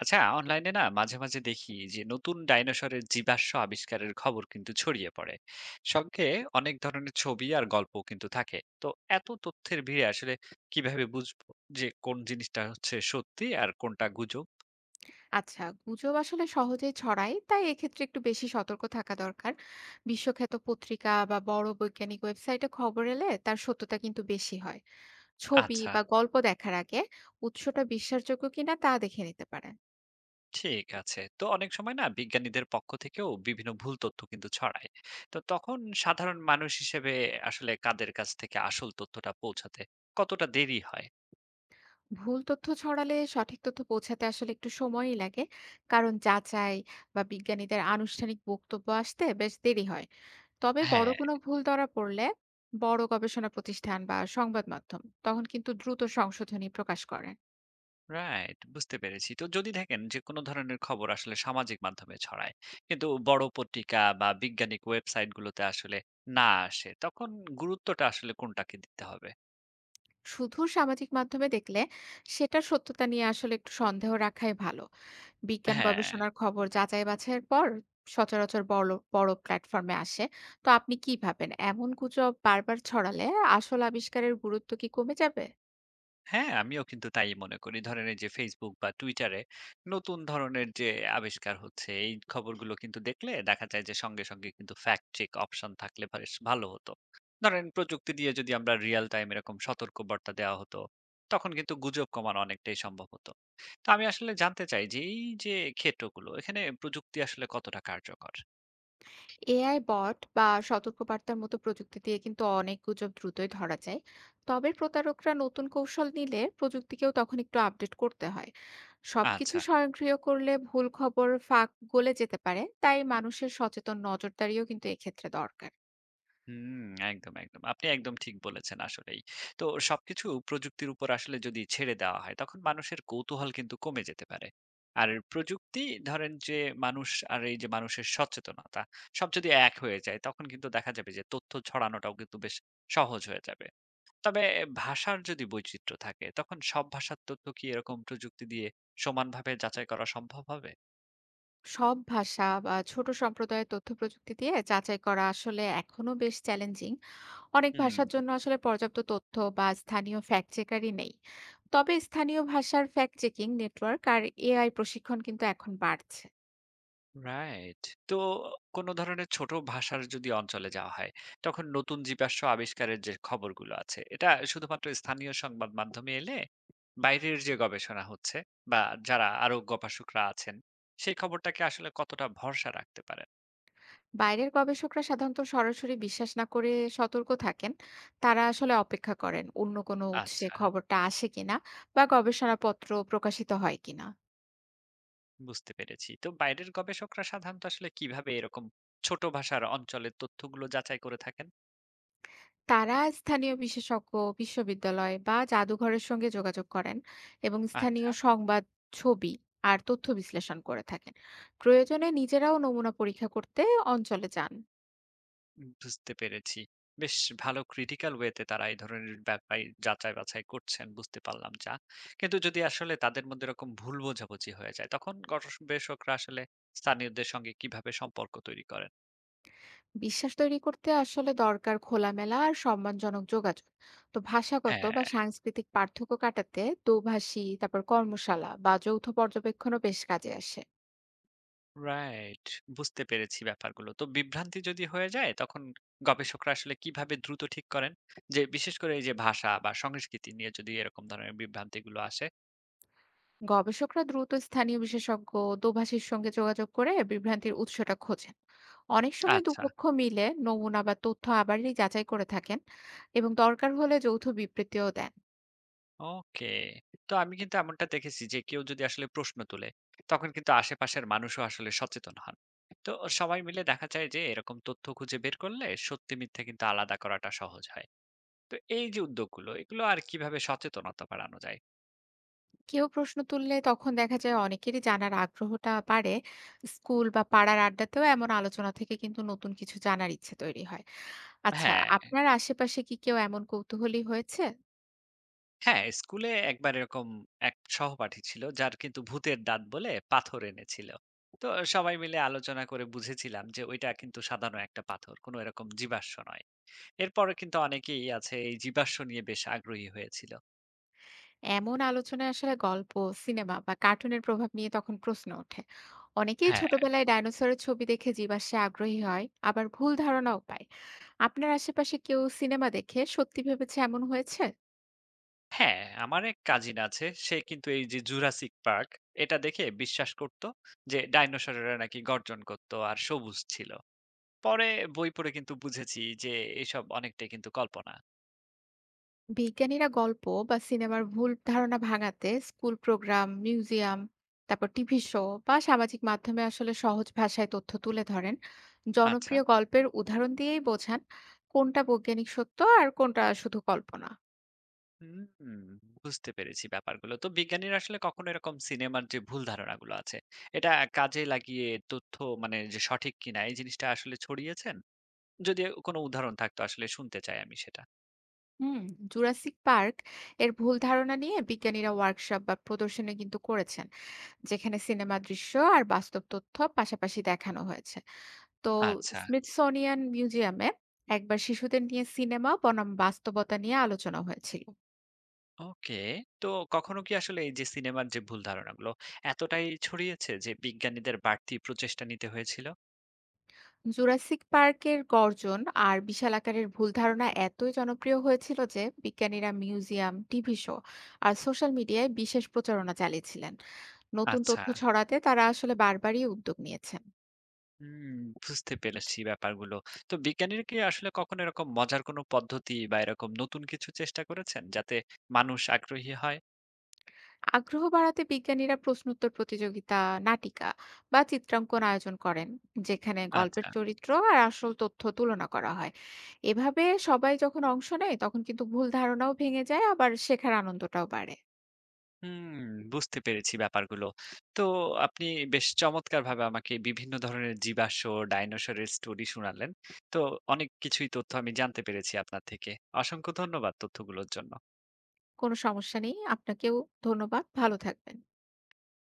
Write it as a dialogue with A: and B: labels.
A: আচ্ছা, অনলাইনে না মাঝে মাঝে দেখি যে নতুন ডাইনোসরের জীবাশ্ম আবিষ্কারের খবর কিন্তু ছড়িয়ে পড়ে। সঙ্গে অনেক ধরনের ছবি আর গল্প কিন্তু থাকে তো। এত তথ্যের ভিড়ে আসলে কিভাবে বুঝবো যে কোন জিনিসটা হচ্ছে সত্যি আর কোনটা গুজব?
B: আচ্ছা, গুজব আসলে সহজেই ছড়ায়, তাই এক্ষেত্রে একটু বেশি সতর্ক থাকা দরকার। বিশ্বখ্যাত পত্রিকা বা বড় বৈজ্ঞানিক ওয়েবসাইটে খবর এলে তার সত্যতা কিন্তু বেশি হয়। ছবি
A: আচ্ছা,
B: বা গল্প দেখার আগে উৎসটা বিশ্বাসযোগ্য কিনা তা দেখে নিতে পারেন।
A: ঠিক আছে। তো অনেক সময় না বিজ্ঞানীদের পক্ষ থেকেও বিভিন্ন ভুল তথ্য কিন্তু ছড়ায়। তো তখন সাধারণ মানুষ হিসেবে আসলে কাদের কাছ থেকে আসল তথ্যটা পৌঁছাতে কতটা দেরি হয়?
B: ভুল তথ্য ছড়ালে সঠিক তথ্য পৌঁছাতে আসলে একটু সময়ই লাগে। কারণ যাচাই বা বিজ্ঞানীদের আনুষ্ঠানিক বক্তব্য আসতে বেশ দেরি হয়। তবে বড়
A: হ্যাঁ,
B: কোনো ভুল ধরা পড়লে বড় গবেষণা প্রতিষ্ঠান বা সংবাদ মাধ্যম তখন কিন্তু দ্রুত সংশোধনী প্রকাশ করে।
A: রাইট, বুঝতে পেরেছি। তো যদি দেখেন যে কোনো ধরনের খবর আসলে সামাজিক মাধ্যমে ছড়ায় কিন্তু বড় পত্রিকা বা বৈজ্ঞানিক ওয়েবসাইট গুলোতে আসলে না আসে, তখন গুরুত্বটা আসলে কোনটাকে দিতে হবে?
B: শুধু সামাজিক মাধ্যমে দেখলে সেটার সত্যতা নিয়ে আসলে একটু সন্দেহ রাখাই ভালো। বিজ্ঞান
A: হ্যাঁ,
B: গবেষণার খবর যাচাই বাছাইয়ের পর সচরাচর বড় বড় প্ল্যাটফর্মে আসে। তো আপনি কি ভাবেন এমন গুজব বারবার ছড়ালে আসল আবিষ্কারের গুরুত্ব কি কমে যাবে?
A: হ্যাঁ, আমিও কিন্তু তাই মনে করি। ধরেন এই যে Facebook বা Twitter এ নতুন ধরনের যে আবিষ্কার হচ্ছে, এই খবরগুলো কিন্তু দেখলে দেখা যায় যে সঙ্গে কিন্তু fact check অপশন থাকলে বেশ ভালো হতো। ধরেন প্রযুক্তি দিয়ে যদি আমরা real time এরকম সতর্কবার্তা দেওয়া হতো, তখন কিন্তু গুজব কমানো অনেকটাই সম্ভব হতো। তো আমি আসলে জানতে চাই যে এই যে ক্ষেত্রগুলো, এখানে প্রযুক্তি আসলে কতটা কার্যকর?
B: এআই বট বা সতর্কবার্তার মতো প্রযুক্তি দিয়ে কিন্তু অনেক গুজব দ্রুতই ধরা যায়। তবে প্রতারকরা নতুন কৌশল নিলে প্রযুক্তিকেও তখন একটু আপডেট করতে হয়। সবকিছু
A: আচ্ছা।
B: স্বয়ংক্রিয় করলে ভুল খবর ফাঁক গলে যেতে পারে, তাই মানুষের সচেতন নজরদারিও কিন্তু এক্ষেত্রে দরকার।
A: হুম, একদম। আপনি একদম ঠিক বলেছেন আসলেই। তো সবকিছু প্রযুক্তির উপর আসলে যদি ছেড়ে দেওয়া হয়, তখন মানুষের কৌতূহল কিন্তু কমে যেতে পারে। আর প্রযুক্তি ধরেন যে মানুষ আর এই যে মানুষের সচেতনতা, সব যদি এক হয়ে যায়, তখন কিন্তু দেখা যাবে যে তথ্য ছড়ানোটাও কিন্তু বেশ সহজ হয়ে যাবে। তবে ভাষার যদি বৈচিত্র্য থাকে, তখন সব ভাষার তথ্য কি এরকম প্রযুক্তি দিয়ে সমানভাবে যাচাই করা সম্ভব হবে?
B: সব ভাষা বা ছোট সম্প্রদায়ের তথ্য প্রযুক্তি দিয়ে যাচাই করা আসলে এখনো বেশ চ্যালেঞ্জিং। অনেক
A: হুম।
B: ভাষার জন্য আসলে পর্যাপ্ত তথ্য বা স্থানীয় ফ্যাক্ট চেকারই নেই। তবে স্থানীয় ভাষার ফ্যাক্ট চেকিং নেটওয়ার্ক আর এআই প্রশিক্ষণ কিন্তু এখন বাড়ছে।
A: রাইট। তো কোন ধরনের ছোট ভাষার যদি অঞ্চলে যাওয়া হয়, তখন নতুন জীবাশ্ম আবিষ্কারের যে খবরগুলো আছে, এটা শুধুমাত্র স্থানীয় সংবাদ মাধ্যমে এলে, বাইরের যে গবেষণা হচ্ছে বা যারা আরো গবেষকরা আছেন, সেই খবরটাকে আসলে কতটা ভরসা রাখতে পারেন?
B: বাইরের গবেষকরা সাধারণত সরাসরি বিশ্বাস না করে সতর্ক থাকেন। তারা আসলে অপেক্ষা করেন অন্য কোনো উৎসে
A: আচ্ছা,
B: খবরটা আসে কিনা বা গবেষণাপত্র প্রকাশিত হয় কিনা।
A: বুঝতে পেরেছি। তো বাইরের গবেষকরা সাধারণত আসলে কিভাবে এরকম ছোট ভাষার অঞ্চলের তথ্যগুলো যাচাই করে থাকেন?
B: তারা স্থানীয় বিশেষজ্ঞ, বিশ্ববিদ্যালয় বা জাদুঘরের সঙ্গে যোগাযোগ করেন এবং
A: আচ্ছা।
B: স্থানীয় সংবাদ, ছবি আর তথ্য বিশ্লেষণ করে থাকেন। প্রয়োজনে নিজেরাও নমুনা পরীক্ষা করতে অঞ্চলে যান।
A: বুঝতে পেরেছি। বেশ ভালো ক্রিটিক্যাল ওয়েতে তারা এই ধরনের ব্যাপাই যাচাই-বাছাই করছেন, বুঝতে পারলাম যা। কিন্তু যদি আসলে তাদের মধ্যে এরকম ভুল বোঝাবুঝি হয়ে যায়, তখন গবেষকরা আসলে স্থানীয়দের সঙ্গে কিভাবে সম্পর্ক তৈরি করেন?
B: বিশ্বাস তৈরি করতে আসলে দরকার খোলামেলা আর সম্মানজনক যোগাযোগ। তো ভাষাগত
A: হ্যাঁ।
B: বা সাংস্কৃতিক পার্থক্য কাটাতে দোভাষী, তারপর কর্মশালা বা যৌথ পর্যবেক্ষণও বেশ কাজে আসে।
A: রাইট, বুঝতে পেরেছি ব্যাপারগুলো। তো বিভ্রান্তি যদি হয়ে যায়, তখন গবেষকরা আসলে কিভাবে দ্রুত ঠিক করেন? যে বিশেষ করে এই যে ভাষা বা সংস্কৃতি নিয়ে যদি এরকম ধরনের বিভ্রান্তিগুলো আসে?
B: গবেষকরা দ্রুত স্থানীয় বিশেষজ্ঞ, দোভাষীর সঙ্গে যোগাযোগ করে বিভ্রান্তির উৎসটা খোঁজে। অনেক সময়
A: আচ্ছা।
B: দুপক্ষ মিলে নমুনা বা তথ্য আবারই যাচাই করে থাকেন এবং দরকার হলে যৌথ বিবৃতিও দেন।
A: ওকে। তো আমি কিন্তু এমনটা দেখেছি যে কেউ যদি আসলে প্রশ্ন তোলে, তখন কিন্তু আশেপাশের মানুষও আসলে সচেতন হন। তো সবাই মিলে দেখা যায় যে এরকম তথ্য খুঁজে বের করলে সত্যি মিথ্যা কিন্তু আলাদা করাটা সহজ হয়। তো এই যে উদ্যোগগুলো এগুলো আর কিভাবে সচেতনতা বাড়ানো যায়?
B: কেউ প্রশ্ন তুললে তখন দেখা যায় অনেকেরই জানার আগ্রহটা বাড়ে। স্কুল বা পাড়ার আড্ডাতেও এমন আলোচনা থেকে কিন্তু নতুন কিছু জানার ইচ্ছে তৈরি হয়। আচ্ছা,
A: হ্যাঁ,
B: আপনার আশেপাশে কি কেউ এমন কৌতূহলী হয়েছে?
A: হ্যাঁ, স্কুলে একবার এরকম এক সহপাঠী ছিল যার কিন্তু ভূতের দাঁত বলে পাথর এনেছিল। তো সবাই মিলে আলোচনা করে বুঝেছিলাম যে ওইটা কিন্তু সাধারণ একটা পাথর, কোনো এরকম জীবাশ্ম নয়। এরপরে কিন্তু অনেকেই আছে এই জীবাশ্ম নিয়ে বেশ আগ্রহী হয়েছিল।
B: এমন আলোচনায় আসলে গল্প, সিনেমা বা কার্টুনের প্রভাব নিয়ে তখন প্রশ্ন ওঠে। অনেকেই
A: হ্যাঁ।
B: ছোটবেলায় ডাইনোসরের ছবি দেখে জীবাশ্মে আগ্রহী হয়, আবার ভুল ধারণাও পায়। আপনার আশেপাশে কেউ সিনেমা দেখে সত্যি ভেবেছে এমন হয়েছে?
A: হ্যাঁ, আমার এক কাজিন আছে। সে কিন্তু এই যে জুরাসিক পার্ক এটা দেখে বিশ্বাস করত যে ডাইনোসরেরা নাকি গর্জন করত আর সবুজ ছিল। পরে বই পড়ে কিন্তু বুঝেছি যে এসব অনেকটাই কিন্তু কল্পনা।
B: বিজ্ঞানীরা গল্প বা সিনেমার ভুল ধারণা ভাঙাতে স্কুল প্রোগ্রাম, মিউজিয়াম, তারপর টিভি শো বা সামাজিক মাধ্যমে আসলে সহজ ভাষায় তথ্য তুলে ধরেন।
A: আচ্ছা,
B: জনপ্রিয় গল্পের উদাহরণ দিয়েই বোঝান কোনটা বৈজ্ঞানিক সত্য আর কোনটা শুধু কল্পনা।
A: হুম, বুঝতে পেরেছি ব্যাপারগুলো। তো বিজ্ঞানীরা আসলে কখনো এরকম সিনেমার যে ভুল ধারণাগুলো আছে এটা কাজে লাগিয়ে তথ্য মানে যে সঠিক কিনা এই জিনিসটা আসলে ছড়িয়েছেন? যদি কোনো উদাহরণ থাকতো আসলে শুনতে চাই আমি সেটা।
B: হুম, জুরাসিক পার্ক এর ভুল ধারণা নিয়ে বিজ্ঞানীরা ওয়ার্কশপ বা প্রদর্শনী কিন্তু করেছেন, যেখানে সিনেমা দৃশ্য আর বাস্তব তথ্য পাশাপাশি দেখানো হয়েছে। তো
A: আচ্ছা,
B: স্মিথসোনিয়ান মিউজিয়ামে একবার শিশুদের নিয়ে সিনেমা বনাম বাস্তবতা নিয়ে আলোচনা হয়েছিল।
A: ওকে। তো কখনো কি আসলে এই যে সিনেমার যে ভুল ধারণাগুলো এতটাই ছড়িয়েছে যে বিজ্ঞানীদের বাড়তি প্রচেষ্টা নিতে হয়েছিল?
B: জুরাসিক পার্কের গর্জন আর বিশাল আকারের ভুল ধারণা এতই জনপ্রিয় হয়েছিল যে বিজ্ঞানীরা মিউজিয়াম, টিভি শো আর সোশ্যাল মিডিয়ায় বিশেষ প্রচারণা চালিয়েছিলেন। নতুন
A: আচ্ছা,
B: তথ্য ছড়াতে তারা আসলে বারবারই উদ্যোগ নিয়েছেন।
A: হুম, বুঝতে পেরেছি ব্যাপারগুলো। তো বিজ্ঞানীরা কি আসলে কখনো এরকম মজার কোনো পদ্ধতি বা এরকম নতুন কিছু চেষ্টা করেছেন যাতে মানুষ আগ্রহী হয়?
B: আগ্রহ বাড়াতে বিজ্ঞানীরা প্রশ্নোত্তর প্রতিযোগিতা, নাটিকা বা চিত্রাঙ্কন আয়োজন করেন, যেখানে গল্পের
A: আচ্ছা।
B: চরিত্র আর আসল তথ্য তুলনা করা হয়। এভাবে সবাই যখন অংশ নেয় তখন কিন্তু ভুল ধারণাও ভেঙে যায়, আবার শেখার আনন্দটাও বাড়ে।
A: হুম, বুঝতে পেরেছি ব্যাপারগুলো। তো আপনি বেশ চমৎকারভাবে আমাকে বিভিন্ন ধরনের জীবাশ্ম, ডাইনোসরের স্টোরি শুনালেন। তো অনেক কিছুই তথ্য আমি জানতে পেরেছি আপনার থেকে। অসংখ্য ধন্যবাদ তথ্যগুলোর জন্য।
B: কোনো সমস্যা নেই, আপনাকেও ধন্যবাদ, ভালো থাকবেন।